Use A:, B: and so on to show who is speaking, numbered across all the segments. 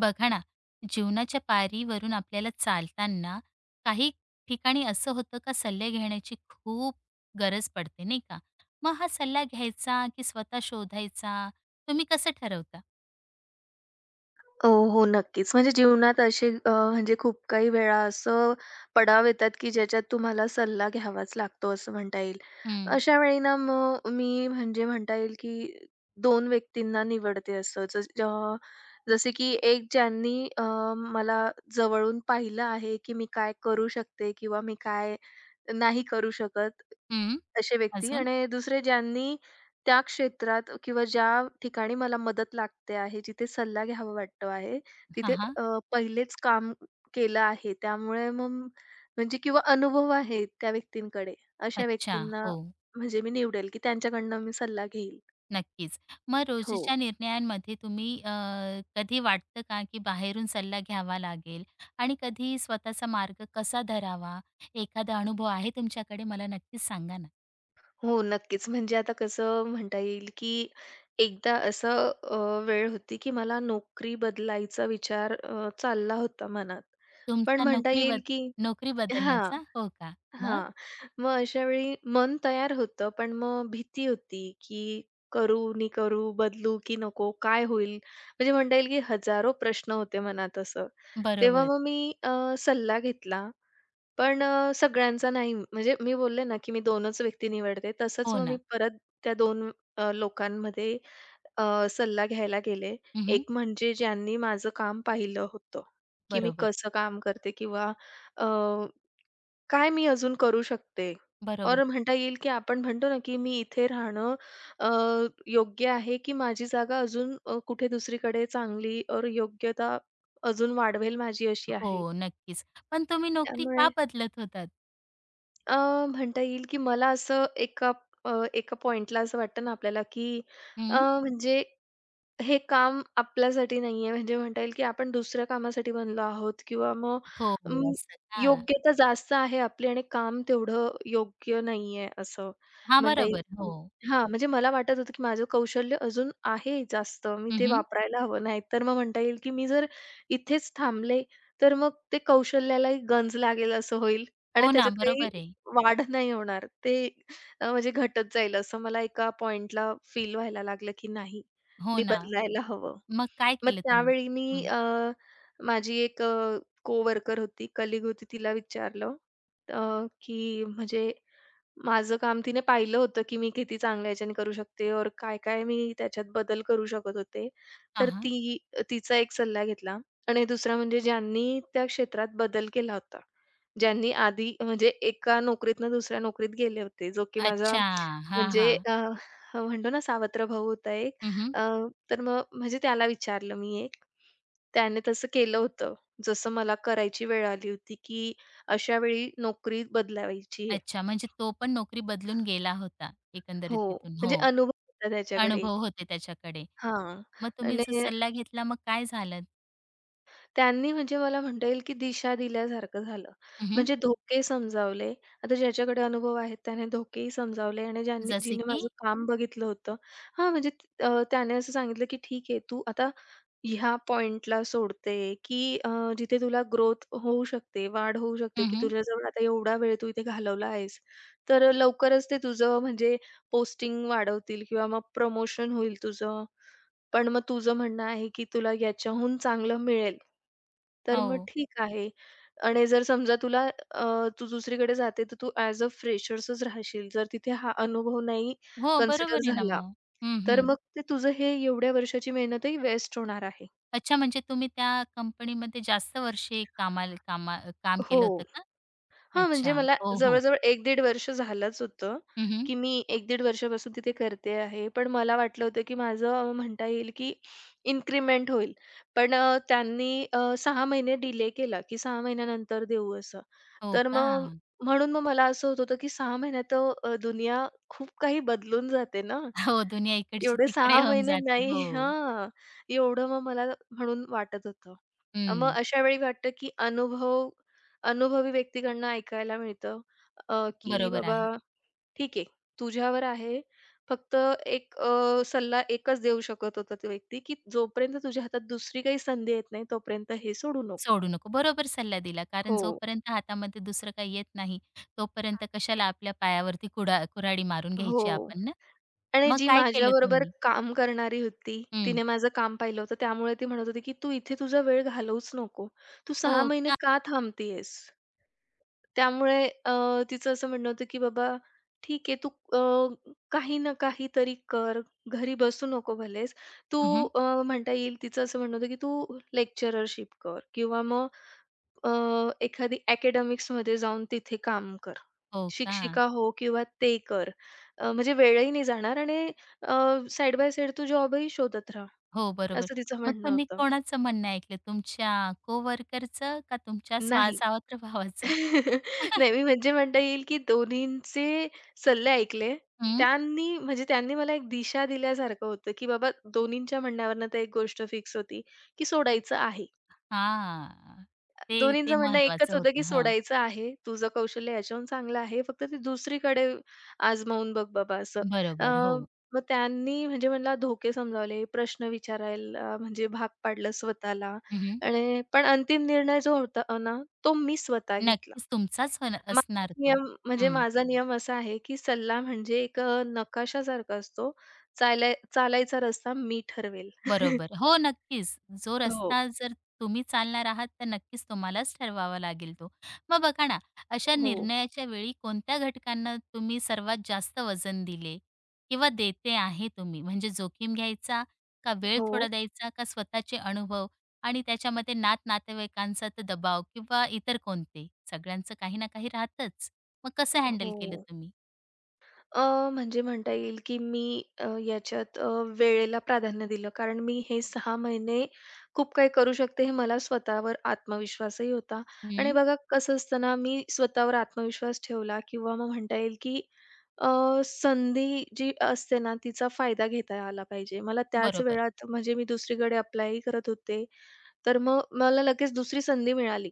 A: बघा ना, जीवनाच्या पायरीवरून आपल्याला चालताना काही ठिकाणी असं होतं का सल्ले घेण्याची खूप गरज पडते, नाही का? मग हा सल्ला घ्यायचा की स्वतः शोधायचा, तुम्ही कसं ठरवता?
B: हो, नक्कीच. म्हणजे जीवनात असे म्हणजे खूप काही वेळा असं पडाव येतात, की ज्याच्यात तुम्हाला सल्ला घ्यावाच लागतो असं म्हणता येईल.
A: हं,
B: अशा वेळी ना मग मी म्हणजे म्हणता येईल, की दोन व्यक्तींना निवडते असं. जसे की एक ज्यांनी मला जवळून पाहिलं आहे, की मी काय करू शकते किंवा मी काय नाही करू शकत
A: हं.
B: असे व्यक्ती
A: अजून?
B: आणि दुसरे ज्यांनी त्या क्षेत्रात किंवा ज्या ठिकाणी मला मदत लागते आहे, जिथे सल्ला घ्यावा वाटतो आहे,
A: हां,
B: तिथे
A: हां.
B: पहिलेच काम केलं आहे. त्यामुळे मग म्हणजे किंवा अनुभव आहे त्या व्यक्तींकडे. अशा
A: अच्छा.
B: व्यक्तींना
A: हो,
B: म्हणजे मी निवडेल, की त्यांच्याकडनं मी सल्ला घेईल.
A: नक्कीच. मग
B: हो.
A: रोजच्या निर्णयांमध्ये तुम्ही कधी वाटतं का की बाहेरून सल्ला घ्यावा लागेल आणि कधी स्वतःचा मार्ग कसा धरावा? एखादा अनुभव आहे तुमच्याकडे? मला नक्कीच सांगा ना.
B: हो, नक्कीच. म्हणजे आता कसं म्हणता येईल, की एकदा असं वेळ होती, की मला नोकरी बदलायचा विचार चालला होता मनात. पण
A: तुमचा
B: म्हणता येईल, की
A: नोकरी
B: हां,
A: बदलण्याचा? हो का? मग?
B: हां. मग अशावेळी मन तयार होतं, पण मग भीती होती, की करू, नी करू, बदलू की नको, काय होईल? म्हणजे म्हणता येईल, की हजारो प्रश्न होते मनात असं. तेव्हा
A: बरोबर.
B: मग मी सल्ला घेतला पण सगळ्यांचा नाही. म्हणजे मी बोलले ना, की मी 2च व्यक्ती निवडते. तसंच
A: हो
B: मग मी
A: ना.
B: परत त्या दोन लोकांमध्ये सल्ला घ्यायला गेले.
A: हं,
B: एक म्हणजे ज्यांनी माझं काम पाहिलं होतं, की मी
A: बरोबर,
B: कसं काम करते किंवा अ, काय मी अजून करू शकते?
A: बरोबर.
B: और म्हणता येईल, की आपण म्हणतो ना, की मी इथे राहणं अ, योग्य आहे, की माझी जागा अजून कुठे दुसरीकडे चांगली और योग्यता अजून वाढवेल माझी अशी आहे.
A: हो, नक्कीच. पण तुम्ही नोकरी
B: त्यामुळे
A: का बदलत होतात?
B: अ, म्हणता येईल की मला असं एका एका पॉइंटला असं वाटतं ना आपल्याला की अ,
A: हं.
B: म्हणजे हे काम आपल्यासाठी नाहीये, म्हणजे म्हणता येईल की आपण दुसऱ्या कामासाठी बनलो आहोत किंवा मग
A: हो,
B: अं,
A: हो. असं का?
B: योग्यता जास्त आहे आपली आणि काम तेवढं योग्य नाहीये असं
A: हां,
B: म्हणता येईल
A: बरोबर. हो.
B: की. हां, म्हणजे मला वाटत होतं की माझं कौशल्य अजून आहे जास्त, मी ते
A: हं,
B: वापरायला हवं. नाहीतर मग म्हणता येईल की मी जर इथेच थांबले, तर मग ते कौशल्यालाही गंज लागेल असं होईल आणि
A: हो ना,
B: त्याच्यात काही
A: बरोबर आहे.
B: वाढ नाही होणार. ते म्हणजे घटत जाईल असं मला एका पॉइंटला फील व्हायला लागलं की नाही.
A: हो
B: मी
A: ना.
B: बदलायला हवं.
A: मग काय
B: मग
A: केलं तुम्ही?
B: त्यावेळी मी
A: हं.
B: माझी एक कोवर्कर होती, कलिग होती, तिला विचारलं अ, की म्हणजे माझं काम तिने पाहिलं होतं, की मी किती चांगल्या ह्याच्याने करू शकते और काय-काय मी त्याच्यात बदल करू शकत होते.
A: हां,
B: तर
A: हां.
B: ती तिचा एक सल्ला घेतला आणि दुसरा म्हणजे ज्यांनी त्या क्षेत्रात बदल केला होता. ज्यांनी आधी म्हणजे एका नोकरीतनं दुसऱ्या नोकरीत गेले होते, जो की माझा
A: अच्छा. हां,
B: म्हणजे
A: हां.
B: अ, म्हणतो ना सावत्र भाऊ होता एक.
A: हं, हं.
B: अ, तर मग म्हणजे त्याला विचारलं मी एक. त्याने तसं केलं होतं. जसं मला करायची वेळ आली होती, की अशा वेळी नोकरी बदलावायची आहे.
A: अच्छा, म्हणजे तो पण नोकरी बदलून गेला होता
B: हो,
A: एकंदरीत तिथून.
B: म्हणजे
A: हो,
B: अनुभव होता त्याच्याकडे.
A: अनुभव होते त्याच्याकडे.
B: हां.
A: मग तुम्ही
B: आणि
A: जो सल्ला घेतला, मग काय झालं?
B: त्यांनी म्हणजे मला म्हणता येईल, की दिशा दिल्यासारखं झालं. म्हणजे धोके समजावले. आता ज्याच्याकडे अनुभव आहेत त्याने धोकेही समजावले आणि ज्यांनी
A: जसे
B: जिने
A: की?
B: माझं काम बघितलं होतं. हां, म्हणजे त्याने असं सांगितलं, की "ठीक आहे, तू आता ह्या पॉइंटला सोडते, की जिथे तुला ग्रोथ होऊ शकते, वाढ होऊ शकते,
A: हं,
B: की
A: हं.
B: तुझ्याजवळ आता एवढा वेळ तू इथे घालवला आहेस, तर लवकरच ते तुझं म्हणजे पोस्टिंग वाढवतील किंवा मग प्रमोशन होईल तुझं. पण मग तुझं म्हणणं आहे, की तुला याच्याहून चांगलं मिळेल. तर मग
A: हो.
B: ठीक आहे. आणि जर समजा तुला अ, तू दुसरीकडे जाते, तर तू ॲज अ फ्रेशर्सच राहशील. जर तिथे हा अनुभव नाही
A: हो,
B: कन्सिडर
A: बरोबर आहे ना
B: झाला,
A: मग. हं,
B: तर
A: हं.
B: मग ते तुझं हे एवढ्या वर्षाची मेहनतही वेस्ट होणार आहे.
A: अच्छा, म्हणजे तुम्ही त्या कंपनीमध्ये जास्त वर्षे काम
B: हो.
A: केलं होतं का?
B: हां, म्हणजे
A: अच्छा.
B: मला
A: हो, हो.
B: जवळ-जवळ 1-दीड वर्ष झालंच होतं,
A: हं, हं.
B: की मी एक दीड वर्षापासून तिथे करते आहे. पण मला वाटलं होतं, की माझं म्हणता येईल, की इन्क्रिमेंट होईल. पण त्यांनी 6 महिने डिले केला, की 6 महिन्यानंतर देऊ असं.
A: हो
B: तर
A: का?
B: मग म्हणून मग मला असं होत होतं, की 6 महिन्यात दुनिया खूप काही बदलून जाते ना.
A: हो, दुनिया इकडची
B: एवढे 6
A: तिकडे होऊन
B: महिने
A: जाते.
B: नाही
A: हो.
B: हां. एवढं मग मला म्हणून वाटत होतं. मग
A: हं.
B: अशा वेळी वाटतं, की अनुभव अनुभवी व्यक्तीकडनं ऐकायला मिळतं, की
A: बरोबर
B: बाबा
A: आहे.
B: ठीक आहे, तुझ्यावर आहे. फक्त एक सल्ला एकच देऊ शकत होता तो व्यक्ती, की जोपर्यंत तुझ्या हातात दुसरी काही संधी येत नाही, तोपर्यंत हे सोडू नको.
A: सोडू नको. बरोबर सल्ला दिला. कारण
B: हो.
A: जोपर्यंत हातामध्ये दुसरं काही येत नाही, तोपर्यंत कशाला आपल्या पायावरती कुडा कुऱ्हाडी मारून घ्यायची
B: हो.
A: आपण ना?
B: आणि
A: मग
B: जी
A: काय केलं
B: माझ्याबरोबर
A: तुम्ही?
B: काम करणारी होती,
A: हं.
B: तिने माझं काम पाहिलं होतं. त्यामुळे ती म्हणत होती, की "तू इथे तुझा वेळ घालवूच नको. तू 6
A: हो
B: महिने
A: का?
B: का थांबती. त्यामुळे तिचं असं म्हणणं होतं, की "बाबा ठीक आहे, तू काही ना काहीतरी कर. घरी बसू नको भलेच. तू".
A: हं, हं.
B: म्हणता येईल तिचं असं म्हणणं होतं, की "तू लेक्चररशिप कर किंवा मग अ, एखादी अकॅडमिक्समध्ये जाऊन तिथे काम कर.
A: हो का?
B: शिक्षिका हो किंवा ते कर. म्हणजे वेळही नाही जाणार आणि अ, साइड बाय साइड तू जॉबही शोधत राहा",
A: हो, बरोबर.
B: असं तिचं
A: मग
B: म्हणणं
A: तुम्ही
B: होतं.
A: कोणाचं म्हणणं ऐकलं? तुमच्या कोवर्करचं का तुमच्या
B: नाही.
A: सावत्र भावाचं?
B: नाही, मी म्हणजे म्हणता येईल की दोन्हींचे सल्ले ऐकले.
A: हं.
B: त्यांनी मला एक दिशा दिल्यासारखं होतं, की बाबा दोन्हींच्या म्हणण्यावरनं तर एक गोष्ट फिक्स होती, की सोडायचं आहे.
A: हां. ते ते
B: दोन्हींचं म्हणणं एकच
A: महत्वाचं
B: होतं, की
A: होतं. हां.
B: "सोडायचं आहे. तुझं कौशल्य ह्याच्याहून चांगलं आहे. फक्त ते दुसरीकडे आजमावून बघ बाबा" असं. अ,
A: बरोबर. हो.
B: मग त्यांनी म्हणजे मला धोके समजावले, प्रश्न विचारायला म्हणजे भाग पाडलं स्वतःला
A: हं, हं.
B: आणि पण अंतिम निर्णय जो होता ना, तो मी स्वतः घेतला.
A: नक्कीच तुमचाच होणं
B: माझा
A: असणार तो.
B: नियम म्हणजे
A: हं.
B: माझा नियम असा आहे, की सल्ला म्हणजे एक नकाशासारखा असतो. चालाय चालायचा रस्ता मी ठरवेल.
A: बरोबर. हो, नक्कीच. जो
B: हो.
A: रस्ता जर तुम्ही चालणार आहात, तर नक्कीच तुम्हालाच ठरवावा लागेल तो. मग बघा ना, अशा
B: हो.
A: निर्णयाच्या वेळी कोणत्या घटकांना तुम्ही सर्वात जास्त वजन दिले किंवा देते आहे तुम्ही? म्हणजे जोखीम घ्यायचा, का वेळ
B: हो.
A: थोडा द्यायचा, का स्वतःचे अनुभव आणि त्याच्यामध्ये नात-नातेवाईकांचा तर दबाव किंवा इतर कोणते? सगळ्यांचं काही ना काही राहतच. मग कसं हँडल केलं
B: हो.
A: तुम्ही?
B: म्हणजे म्हणता येईल, की मी याच्यात वेळेला प्राधान्य दिलं. कारण मी हे 6 महिने खूप काही करू शकते हे मला स्वतःवर आत्मविश्वासही होता. आणि
A: हं,
B: बघा कसं असतं ना, मी स्वतःवर आत्मविश्वास ठेवला किंवा मग म्हणता येईल, की अ, संधी जी असते ना, तिचा फायदा घेता आला पाहिजे. मला त्याच
A: बरोबर.
B: वेळात म्हणजे मी दुसरीकडे अप्लायही करत होते. तर मग मला लगेच दुसरी संधी मिळाली.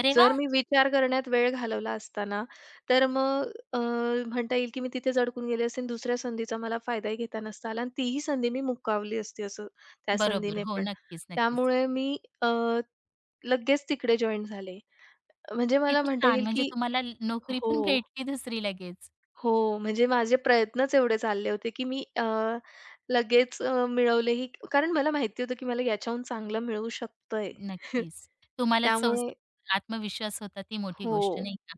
A: अरे
B: जर
A: वाह!
B: मी विचार करण्यात वेळ घालवला असता ना, तर मग म्हणता येईल की मी तिथेच अडकून गेले असते आणि दुसऱ्या संधीचा मला फायदाही घेता नसता आला आणि तीही संधी मी मुकावली असती असं त्या
A: बरोबर.
B: संधीने
A: हो,
B: पण.
A: नक्कीच, नक्कीच.
B: त्यामुळे मी लगेच तिकडे जॉइन झाले. म्हणजे मला
A: किती
B: म्हणता
A: छान!
B: येईल
A: म्हणजे
B: की
A: तुम्हाला नोकरी
B: हो,
A: पण भेटली दुसरी लगेच.
B: हो. म्हणजे माझे प्रयत्नच एवढे चालले होते की मी लगेच मिळवलेही कारण मला माहिती होतं की मला याच्याहून चांगलं मिळू शकतंय.
A: नक्कीच. तुम्हालाच
B: त्यामुळे
A: संस्थावर आत्मविश्वास होता, ती मोठी
B: हो,
A: गोष्ट नाही का?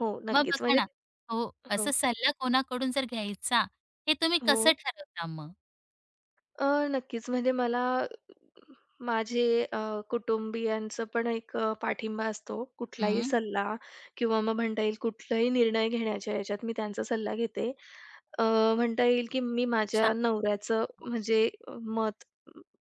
B: हो.
A: मग
B: नक्कीच.
A: बघा
B: म्हणजे
A: ना, हो, असा
B: हो,
A: सल्ला कोणाकडून जर घ्यायचा, हे तुम्ही
B: हो.
A: कसं ठरवता मग?
B: अ, नक्कीच. म्हणजे मला माझे अ, कुटुंबियांचं पण एक पाठिंबा असतो. कुठलाही
A: हं,
B: सल्ला किंवा मग म्हणता येईल कुठलाही निर्णय घेण्याच्या ह्याच्यात मी त्यांचा सल्ला घेते. अ, म्हणता येईल की मी
A: छान.
B: माझ्या नवऱ्याचं म्हणजे मत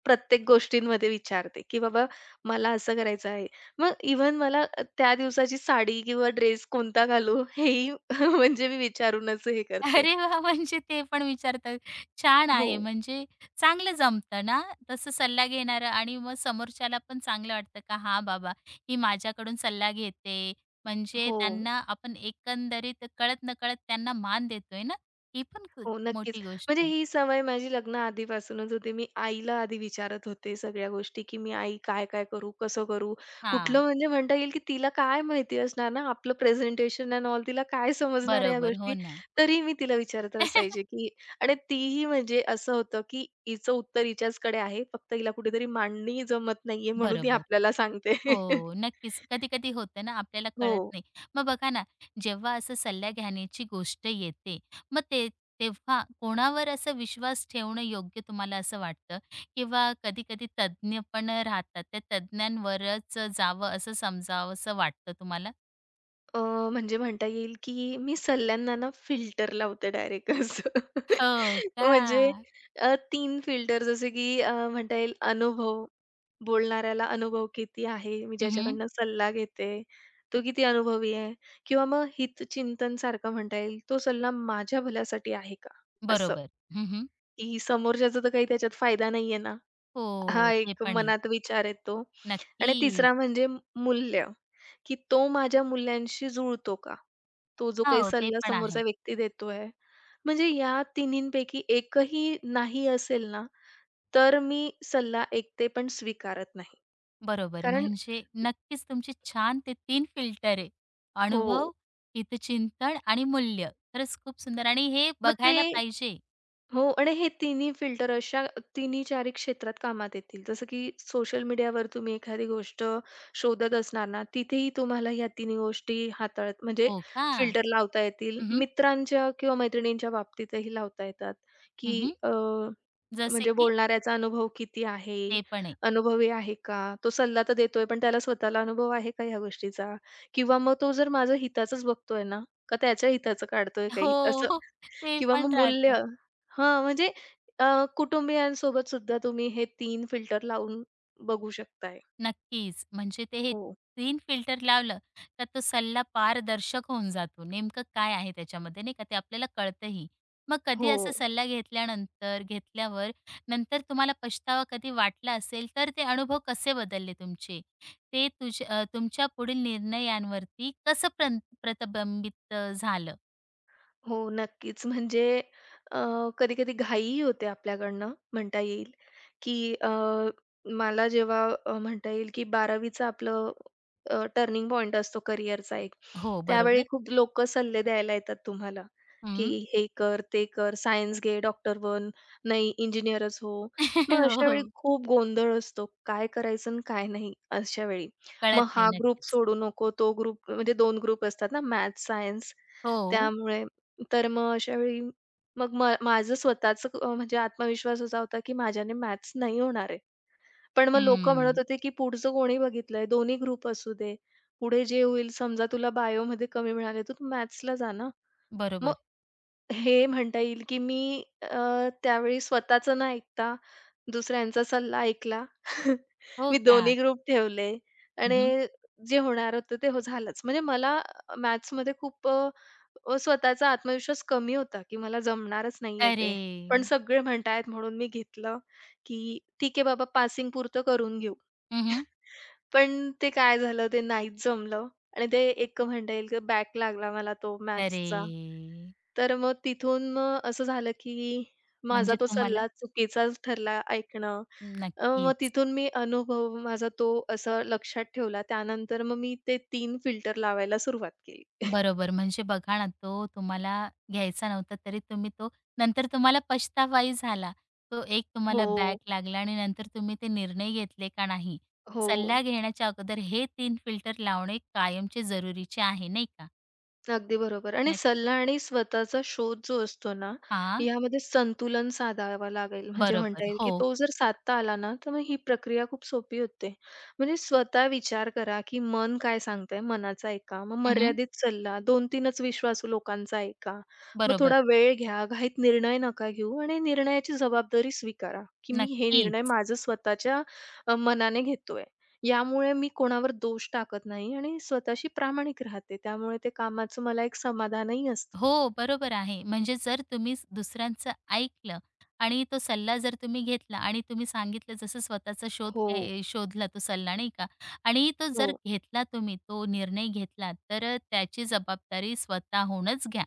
B: प्रत्येक गोष्टींमध्ये विचारते, की "बाबा मला असं करायचं आहे." मग इव्हन मला त्या दिवसाची साडी किंवा ड्रेस कोणता घालू हेही म्हणजे मी विचारूनच हे करते.
A: अरे वा, म्हणजे ते पण विचारतात. छान आहे,
B: हो,
A: म्हणजे चांगलं जमतं ना, तसं सल्ला घेणारं, आणि मग समोरच्याला पण चांगलं वाटतं का हां, बाबा ही माझ्याकडून सल्ला घेते. म्हणजे
B: हो,
A: त्यांना आपण एकंदरीत कळत-नकळत त्यांना मान देतोय ना, ही पण खूप
B: हो, नक्कीच.
A: मोठी गोष्ट
B: म्हणजे
A: आहे.
B: ही सवय माझी लग्नाआधीपासूनच होती. मी आईला आधी विचारत होते सगळ्या गोष्टी, की "मी आई काय-काय करू? कसं करू?"
A: हां,
B: कुठलं म्हणजे म्हणता येईल, की तिला काय माहिती असणार ना, आपलं प्रेझेंटेशन एंड ऑल तिला काय समजणार या
A: बरोबर. हो
B: गोष्टी?
A: ना.
B: तरी मी तिला विचारत असायचे, की आणि तीही म्हणजे असं होतं, की हिचं उत्तर हिच्याचकडे आहे. फक्त हिला कुठेतरी मांडणी जमत नाहीये म्हणून ती
A: बरोबर.
B: आपल्याला सांगते.
A: हो, नक्कीच. कधी-कधी होतं ना, आपल्याला
B: हो.
A: कळत नाही. मग बघा ना, जेव्हा असं सल्ला घेण्याची गोष्ट येते, मग ते तेव्हा कोणावर असा विश्वास ठेवणं योग्य तुम्हाला असं वाटतं? किंवा कधी-कधी तज्ञ पण राहतात, त्या तज्ञांवरच जावं असं समजावसं वाटतं तुम्हाला?
B: अ, म्हणजे म्हणता येईल, की मी सल्ल्यांना ना फिल्टर लावते डायरेक्ट असं.
A: हो का?
B: म्हणजे 3 फिल्टर जसे की म्हणता येईल अनुभव, बोलणाऱ्याला अनुभव किती आहे, मी
A: हं,
B: ज्याच्याकडनं सल्ला घेते, तो किती अनुभवी आहे किंवा मग हितचिंतन सारखं म्हणता येईल, तो सल्ला माझ्या भल्यासाठी आहे का? असं,
A: बरोबर. हं,
B: की समोरच्याचा तर काही त्याच्यात फायदा नाहीये ना,
A: हो,
B: हा
A: ते
B: एक
A: पण आहे.
B: मनात विचार येतो आणि
A: नक्कीच.
B: तिसरा म्हणजे मूल्य. की तो माझ्या मूल्यांशी जुळतो का? तो जो काही
A: हो, ते
B: सल्ला
A: पण आहे.
B: समोरचा व्यक्ती देतोय. म्हणजे या तिन्हींपैकी एकही नाही असेल ना, तर मी सल्ला ऐकते पण स्वीकारत नाही.
A: बरोबर.
B: कारण
A: म्हणजे नक्कीच तुमचे छान ते 3 फिल्टर आहे.
B: हो.
A: अनुभव, हितचिंतन आणि मूल्य. खरंच खूप सुंदर, आणि हे
B: मग ते
A: बघायला पाहिजे.
B: हो आणि हे तिन्ही फिल्टर अशा तिन्ही चारी क्षेत्रात कामात येतील. जसं की सोशल मीडियावर तुम्ही एखादी गोष्ट शोधत असणार ना, तिथेही तुम्हाला ह्या तिन्ही गोष्टी हाताळत म्हणजे
A: हो का?
B: फिल्टर लावता येतील.
A: हं, हं.
B: मित्रांच्या किंवा मैत्रिणींच्या बाबतीतही लावता येतात,
A: हं,
B: की
A: हं. जसे
B: म्हणजे
A: की
B: बोलणाऱ्याचा अनुभव किती आहे?
A: ते पण आहे.
B: अनुभवी आहे का? तो सल्ला तर देतोय, पण त्याला स्वतःला अनुभव आहे का ह्या गोष्टीचा? किंवा मग तो जर माझं हिताचंच बघतोय ना, का त्याच्या हिताचं काढतोय
A: हो,
B: काही? असं
A: हो. ते
B: किंवा
A: पण
B: मग मूल्य.
A: राहतं.
B: हां, म्हणजे कुटुंबियांसोबत सुद्धा तुम्ही हे 3 फिल्टर लावून बघू शकताय.
A: नक्कीच. म्हणजे ते हे
B: हो,
A: 3 फिल्टर लावलं का तो सल्ला पारदर्शक होऊन जातो. नेमकं काय आहे त्याच्यामध्ये नाही का ते आपल्याला कळतंही. मग कधी
B: हो.
A: असा सल्ला घेतल्यावर नंतर तुम्हाला पछतावा कधी वाटला असेल, तर ते अनुभव कसे बदलले तुमचे? ते तुमच्या पुढील निर्णयांवरती कसं प्रतिबिंबित झालं?
B: हो, नक्कीच. म्हणजे अ, कधी-कधी घाईही होते आपल्याकडनं म्हणता येईल, की मला जेव्हा म्हणता येईल, की 12वीचं आपलं टर्निंग पॉइंट असतो करिअरचा एक.
A: हो,
B: त्यावेळी
A: बरोबर.
B: खूप लोकं सल्ले द्यायला येतात तुम्हाला, की
A: हं.
B: "हे कर, ते कर, सायन्स घे, डॉक्टर बन, नाही इंजिनिअरच हो." मग
A: हो,
B: अशा वेळी
A: हो.
B: खूप गोंधळ असतो. काय करायचं आणि काय नाही अशा वेळी. मग
A: कळत नाही.
B: हा ग्रुप
A: नक्कीच.
B: सोडू नको, तो ग्रुप म्हणजे 2 ग्रुप असतात ना मॅथ्स, सायन्स.
A: हो.
B: त्यामुळे तर मग अशावेळी मग माझं स्वतःचं म्हणजे आत्मविश्वास असा होता, की माझ्याने मॅथ्स नाही होणार आहे. पण मग लोकं म्हणत
A: हं.
B: होते, की पुढचं कोणी बघितलंय? दोन्ही ग्रुप असू दे. पुढे जे होईल समजा तुला बायोमध्ये कमी मिळाले, तर तू मॅथ्सला जा ना. मग
A: बरोबर.
B: हे म्हणता येईल, की मी त्यावेळी स्वतःचं न ऐकता दुसऱ्यांचा सल्ला ऐकला.
A: हो
B: मी
A: का?
B: दोन्ही ग्रुप ठेवले
A: हं.
B: आणि जे होणार होतं ते हो झालंच. म्हणजे मला मॅथ्समध्ये खूप अ, अ, स्वतःचा आत्मविश्वास कमी होता, की मला जमणारच नाहीये
A: अरे!
B: ते. पण सगळे म्हणतायत म्हणून मी घेतलं, की ठीक आहे बाबा पासिंग पुरतं करून घेऊ.
A: हं,
B: पण ते काय झालं ते नाहीच जमलं आणि ते एक म्हणता येईल की बॅक लागला मला तो
A: अरे!
B: मॅथ्सचा. तर मग तिथून मग असं झालं की माझा
A: म्हणजे
B: तो
A: तुम्हाला
B: सल्ला चुकीचाच ठरला ऐकणं. मग
A: नक्कीच.
B: तिथून मी अनुभव माझा तो असं लक्षात ठेवला. त्यानंतर मग मी ते तीन फिल्टर लावायला सुरुवात केली.
A: बरोबर. म्हणजे बघा ना, तो तुम्हाला घ्यायचा नव्हता तरी तुम्ही तो नंतर तुम्हाला पछतावाही झाला. तो एक तुम्हाला
B: हो,
A: बॅक लागला आणि नंतर तुम्ही ते निर्णय घेतले का नाही.
B: हो.
A: सल्ला घेण्याच्या अगोदर हे 3 फिल्टर लावणे कायमचे जरुरीचे आहे, नाही का?
B: अगदी बरोबर आणि
A: नक्क
B: सल्ला आणि स्वतःचा शोध जो असतो ना,
A: हां,
B: यामध्ये संतुलन साधावा लागेल. म्हणजे म्हणता
A: बरोबर.
B: येईल, की
A: हो.
B: तो जर साधता आला ना, तर मग ही प्रक्रिया खूप सोपी होते. म्हणजे स्वतः विचार करा, की मन काय सांगतंय, मनाचा ऐका. मग
A: हं,
B: मर्यादित सल्ला, 2-3च विश्वासू लोकांचा ऐका. मग
A: बरोबर.
B: थोडा वेळ घ्या, घाईत निर्णय नका घेऊ आणि निर्णयाची जबाबदारी स्वीकारा, की मी हे निर्णय
A: नक्कीच.
B: माझं स्वतःच्या मनाने घेतोय. यामुळे मी कोणावर दोष टाकत नाही आणि स्वतःशी प्रामाणिक राहते. त्यामुळे ते कामाचं मला एक समाधानही असतं.
A: हो, बरोबर आहे. म्हणजे जर तुम्ही दुसऱ्यांचं ऐकलं आणि तो सल्ला जर तुम्ही घेतला, आणि तुम्ही सांगितलं जसं स्वतःचा शोध
B: हो.
A: शोधला, तो सल्ला नाही का आणि तो
B: हो.
A: जर घेतला तुम्ही, तो निर्णय घेतला, तर त्याची जबाबदारी स्वतःहूनच घ्या.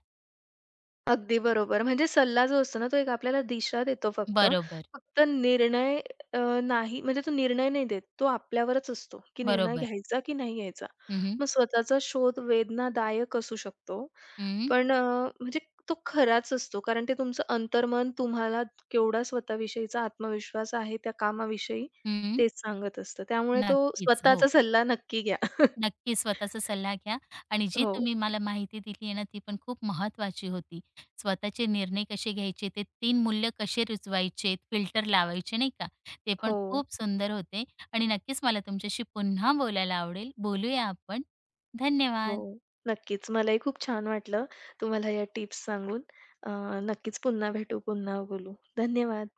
B: अगदी बरोबर. म्हणजे सल्ला जो असतो ना, तो एक आपल्याला दिशा देतो फक्त.
A: बरोबर,
B: फक्त निर्णय अ, नाही म्हणजे तो निर्णय नाही देत. तो आपल्यावरच असतो, की निर्णय
A: बरोबर.
B: घ्यायचा की नाही घ्यायचा.
A: हं, हं.
B: मग स्वतःचा शोध वेदनादायक असू शकतो. पण म्हणजे तो खराच असतो. कारण ते तुमचं अंतर्मन तुम्हाला केवढा स्वतःविषयीचा आत्मविश्वास आहे त्या कामाविषयी,
A: हं,
B: तेच सांगत असतं. त्यामुळे तो
A: नक्कीच. हो.
B: स्वतःचा सल्ला नक्की घ्या.
A: नक्की स्वतःचा सल्ला घ्या, आणि जी
B: हो,
A: तुम्ही मला माहिती दिली आहे ना ती पण खूप महत्त्वाची होती. स्वतःचे निर्णय कसे घ्यायचे, ते 3 मूल्य कसे रुजवायचे, फिल्टर लावायचे नाही का? ते पण
B: हो.
A: खूप सुंदर होते, आणि नक्कीच मला तुमच्याशी पुन्हा बोलायला आवडेल. बोलूया आपण.
B: हो,
A: धन्यवाद.
B: नक्कीच. मलाही खूप छान वाटलं तुम्हाला या टिप्स सांगून. अ, नक्कीच पुन्हा भेटू, पुन्हा बोलू. धन्यवाद.